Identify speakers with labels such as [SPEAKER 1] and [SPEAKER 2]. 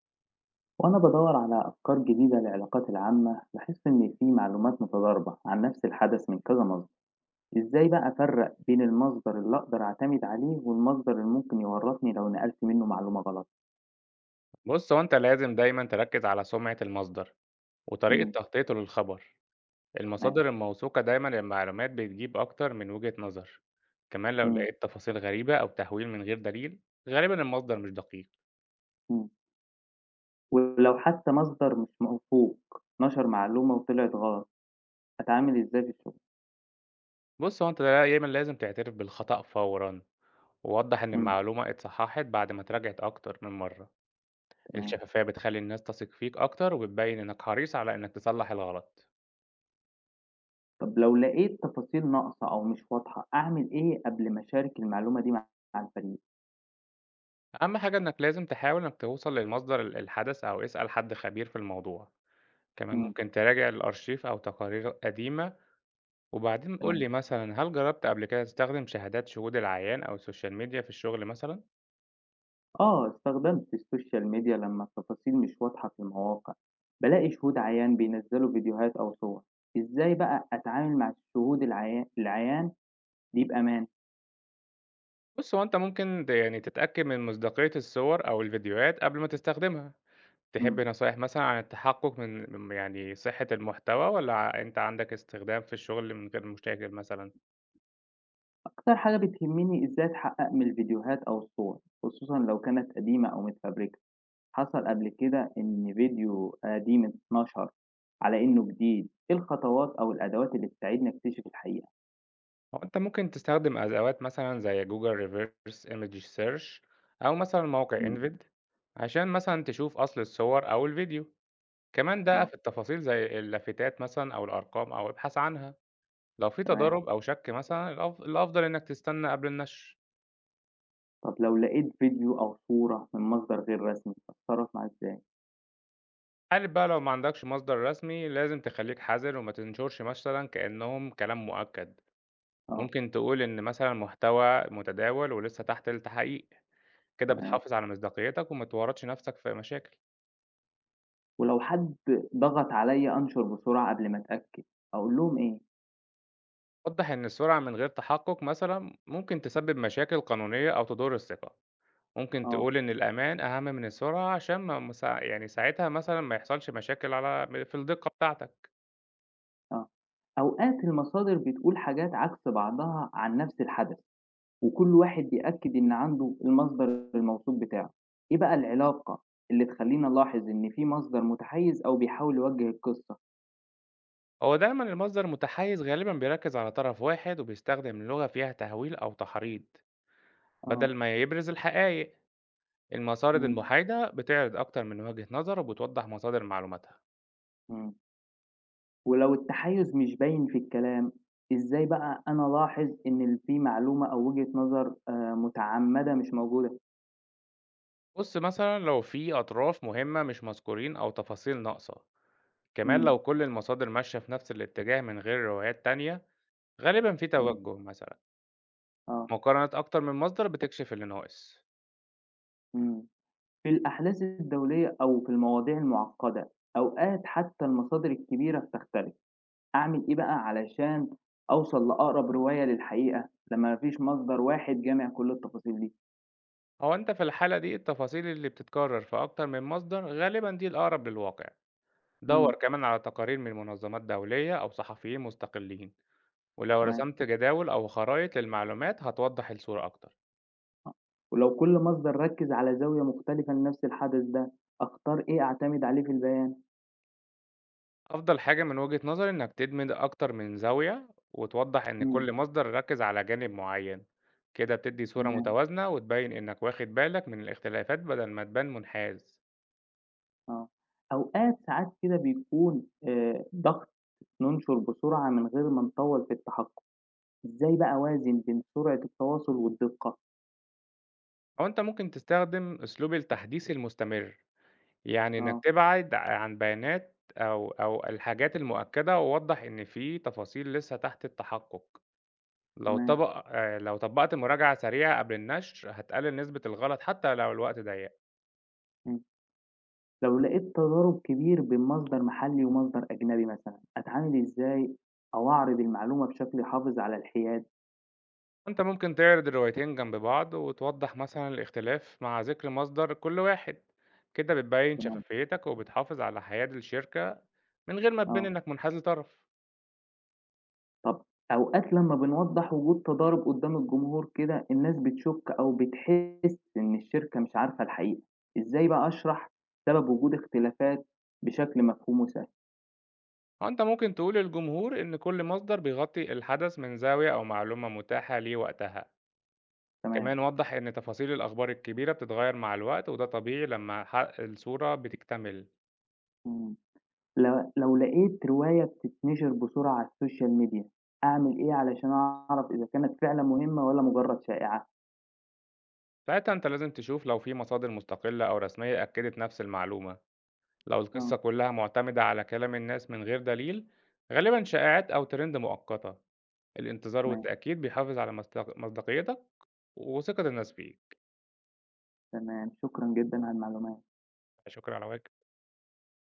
[SPEAKER 1] وأنا بدور على أفكار جديدة للعلاقات العامة بحس إن في معلومات متضاربة عن نفس الحدث من كذا مصدر، إزاي بقى أفرق بين المصدر اللي أقدر أعتمد عليه والمصدر اللي ممكن يورطني لو نقلت منه معلومة غلط؟
[SPEAKER 2] بُص، هو أنت لازم دايمًا تركّز على سمعة المصدر وطريقة
[SPEAKER 1] إمم،
[SPEAKER 2] تغطيته للخبر.
[SPEAKER 1] تمام،
[SPEAKER 2] المصادر الموثوقة دايمًا المعلومات بتجيب أكتر من وجهة نظر. كمان لو
[SPEAKER 1] إمم،
[SPEAKER 2] لقيت تفاصيل غريبة أو تهويل من غير دليل، غالبًا المصدر مش دقيق.
[SPEAKER 1] إمم، ولو حتى مصدر مش موثوق نشر معلومة وطلعت غلط، أتعامل إزاي في الشغل؟
[SPEAKER 2] بُص، هو أنت دايمًا لازم تعترف بالخطأ فورًا، ووضّح إن
[SPEAKER 1] إمم،
[SPEAKER 2] المعلومة اتصححت بعد ما اتراجعت أكتر من مرّة.
[SPEAKER 1] تمام،
[SPEAKER 2] الشفافية بتخلّي الناس تثق فيك أكتر، وبتبين إنك حريص على إنك تصلح الغلط.
[SPEAKER 1] طب لو لقيت تفاصيل ناقصة أو مش واضحة أعمل إيه قبل ما أشارك المعلومة دي مع الفريق؟
[SPEAKER 2] أهم حاجة إنك لازم تحاول إنك توصل للمصدر الحدث، أو اسأل حد خبير في الموضوع. كمان
[SPEAKER 1] إمم،
[SPEAKER 2] ممكن تراجع الأرشيف أو تقارير قديمة. وبعدين قول
[SPEAKER 1] تمام.
[SPEAKER 2] لي مثلا، هل جربت قبل كده تستخدم شهادات شهود العيان أو السوشيال ميديا في الشغل مثلا؟
[SPEAKER 1] آه، استخدمت السوشيال ميديا لمّا التفاصيل مش واضحة في المواقع، بالاقي شهود عيان بينزّلوا فيديوهات أو صور، إزاي بقى أتعامل مع الشهود العيان دي بأمان؟
[SPEAKER 2] بص، هو أنت ممكن يعني تتأكد من مصداقية الصور أو الفيديوهات قبل ما تستخدمها.
[SPEAKER 1] إمم،
[SPEAKER 2] تحب نصايح مثلا عن التحقق من يعني صحة المحتوى، ولا أنت عندك استخدام في الشغل من غير مشاكل مثلا؟
[SPEAKER 1] أكتر حاجة بتهمني إزاي أتحقق من الفيديوهات أو الصور، خصوصًا لو كانت قديمة أو متفبركة، حصل قبل كده إن فيديو قديم اتنشر على إنه جديد، إيه الخطوات أو الأدوات اللي تساعدني أكتشف الحقيقة؟
[SPEAKER 2] هو أنت ممكن تستخدم أدوات مثلا زي جوجل ريفيرس ايمج سيرش، أو مثلا موقع
[SPEAKER 1] إمم،
[SPEAKER 2] انفيد، عشان مثلا تشوف أصل الصور أو الفيديو. كمان ده
[SPEAKER 1] آه،
[SPEAKER 2] في التفاصيل زي اللافتات مثلًا أو الأرقام، أو ابحث عنها. لو في
[SPEAKER 1] تمام.
[SPEAKER 2] تضارب أو شك مثلًا، الأفضل إنك تستنى قبل النشر.
[SPEAKER 1] طب لو لقيت فيديو أو صورة من مصدر غير رسمي، أتصرّف معاه إزاي؟
[SPEAKER 2] عارف بقى، لو ما عندكش مصدر رسمي لازم تخليك حذر، وما تنشرش مثلًا كأنهم كلام مؤكد.
[SPEAKER 1] آه،
[SPEAKER 2] ممكن تقول إن مثلًا محتوى متداول ولسه تحت التحقيق. كده
[SPEAKER 1] تمام.
[SPEAKER 2] بتحافظ على مصداقيتك، وما تورطش نفسك في مشاكل.
[SPEAKER 1] ولو حد ضغط عليَّ أنشر بسرعة قبل ما أتأكد، أقول لهم إيه؟
[SPEAKER 2] وضح إن السرعة من غير تحقق مثلًا ممكن تسبب مشاكل قانونية أو تضر الثقة. ممكن
[SPEAKER 1] آه،
[SPEAKER 2] تقول إن الأمان أهم من السرعة، عشان ما مسا يعني ساعتها مثلًا ما يحصلش مشاكل على م في الدقة بتاعتك.
[SPEAKER 1] آه. أوقات المصادر بتقول حاجات عكس بعضها عن نفس الحدث، وكل واحد بيأكد إن عنده المصدر الموثوق بتاعه. إيه بقى العلاقة اللي تخلّيني ألاحظ إن في مصدر متحيّز أو بيحاول يوجّه القصة؟
[SPEAKER 2] هو دايمًا المصدر المتحيز غالبًا بيركز على طرف واحد، وبيستخدم لغة فيها تهويل أو تحريض
[SPEAKER 1] آه،
[SPEAKER 2] بدل ما يبرز الحقائق. المصادر
[SPEAKER 1] إمم،
[SPEAKER 2] المحايدة بتعرض أكتر من وجهة نظر، وبتوضح مصادر معلوماتها.
[SPEAKER 1] إمم. ولو التحيز مش باين في الكلام، إزاي بقى أنا ألاحظ إن ال في معلومة أو وجهة نظر متعمدة مش موجودة؟
[SPEAKER 2] بُص، مثلًا لو في أطراف مهمة مش مذكورين أو تفاصيل ناقصة. كمان
[SPEAKER 1] إمم،
[SPEAKER 2] لو كل المصادر ماشية في نفس الاتجاه من غير روايات تانية، غالبًا في
[SPEAKER 1] إمم،
[SPEAKER 2] توجه مثلًا.
[SPEAKER 1] آه،
[SPEAKER 2] مقارنة أكتر من مصدر بتكشف اللي ناقص.
[SPEAKER 1] إمم، في الأحداث الدولية أو في المواضيع المعقدة، أوقات حتى المصادر الكبيرة بتختلف، أعمل إيه بقى علشان أوصل لأقرب رواية للحقيقة، لما ما فيش مصدر واحد جامع كل التفاصيل دي؟
[SPEAKER 2] هو أنت في الحالة دي، التفاصيل اللي بتتكرر في أكتر من مصدر غالبا دي الأقرب للواقع. دور
[SPEAKER 1] إمم،
[SPEAKER 2] كمان على تقارير من منظمات دولية أو صحفيين مستقلين. ولو
[SPEAKER 1] تمام،
[SPEAKER 2] رسمت جداول أو خرائط للمعلومات، هتوضح الصورة أكتر.
[SPEAKER 1] آه، ولو كل مصدر ركز على زاوية مختلفة لنفس الحدث ده، أختار إيه أعتمد عليه في البيان؟
[SPEAKER 2] أفضل حاجة من وجهة نظري إنك تدمج أكتر من زاوية، وتوضح إن
[SPEAKER 1] إمم.
[SPEAKER 2] كل مصدر ركز على جانب معين. كده بتدي صورة
[SPEAKER 1] تمام،
[SPEAKER 2] متوازنة، وتبين إنك واخد بالك من الاختلافات بدل ما تبان منحاز.
[SPEAKER 1] آه. أوقات ساعات كده بيكون ضغط ننشر بسرعة من غير ما نطوّل في التحكُم، إزاي بقى أوازن بين سرعة التواصل والدقة؟
[SPEAKER 2] أو أنت ممكن تستخدم أسلوب التحديث المستمر، يعني إنك
[SPEAKER 1] آه،
[SPEAKER 2] تبعد عن بيانات أو الحاجات المؤكدة، ووضّح إن في تفاصيل لسه تحت التحقق. لو إمم.
[SPEAKER 1] تمام،
[SPEAKER 2] طبق لو طبّقت مراجعة سريعة قبل النشر، هتقلل نسبة الغلط حتى لو الوقت ضيّق.
[SPEAKER 1] إمم. لو لقيت تضارب كبير بين مصدر محلي ومصدر أجنبي مثلًا، أتعامل إزاي أو أعرض المعلومة بشكل يحافظ على الحياد؟
[SPEAKER 2] أنت ممكن تعرض الروايتين جنب بعض، وتوضّح مثلًا الاختلاف مع ذكر مصدر كل واحد. كده بتبيّن
[SPEAKER 1] تمام،
[SPEAKER 2] شفافيتك، وبتحافظ على حياد الشركة من غير ما تبان
[SPEAKER 1] آه.
[SPEAKER 2] إنك منحاز لطرف.
[SPEAKER 1] طب أوقات لمّا بنوضّح وجود تضارب قدّام الجمهور كده، الناس بتشُك أو بتحس إن الشركة مش عارفة الحقيقة، إزاي بقى أشرح سبب وجود اختلافات بشكل مفهوم وسهل؟
[SPEAKER 2] أو أنت ممكن تقول للجمهور إن كل مصدر بيغطي الحدث من زاوية أو معلومة متاحة ليه وقتها.
[SPEAKER 1] تمام.
[SPEAKER 2] كمان وضّح إن تفاصيل الأخبار الكبيرة بتتغير مع الوقت، وده طبيعي لما حق الصورة بتكتمل.
[SPEAKER 1] إمم. ل لو لقيت رواية بتتنشر بسرعة على السوشيال ميديا، أعمل إيه علشان أعرف إذا كانت فعلًا مهمة والّا مجرد شائعة؟
[SPEAKER 2] ساعتها أنت لازم تشوف لو في مصادر مستقلة أو رسمية أكدت نفس المعلومة. لو
[SPEAKER 1] آه.
[SPEAKER 2] القصة كلها معتمدة على كلام الناس من غير دليل، غالبا شائعات أو ترند مؤقتة. الانتظار
[SPEAKER 1] تمام،
[SPEAKER 2] والتأكيد بيحافظ على مصداقيتك وثقة الناس فيك.
[SPEAKER 1] تمام، شكرًا جدًا على المعلومات.
[SPEAKER 2] شكرًا على واجب.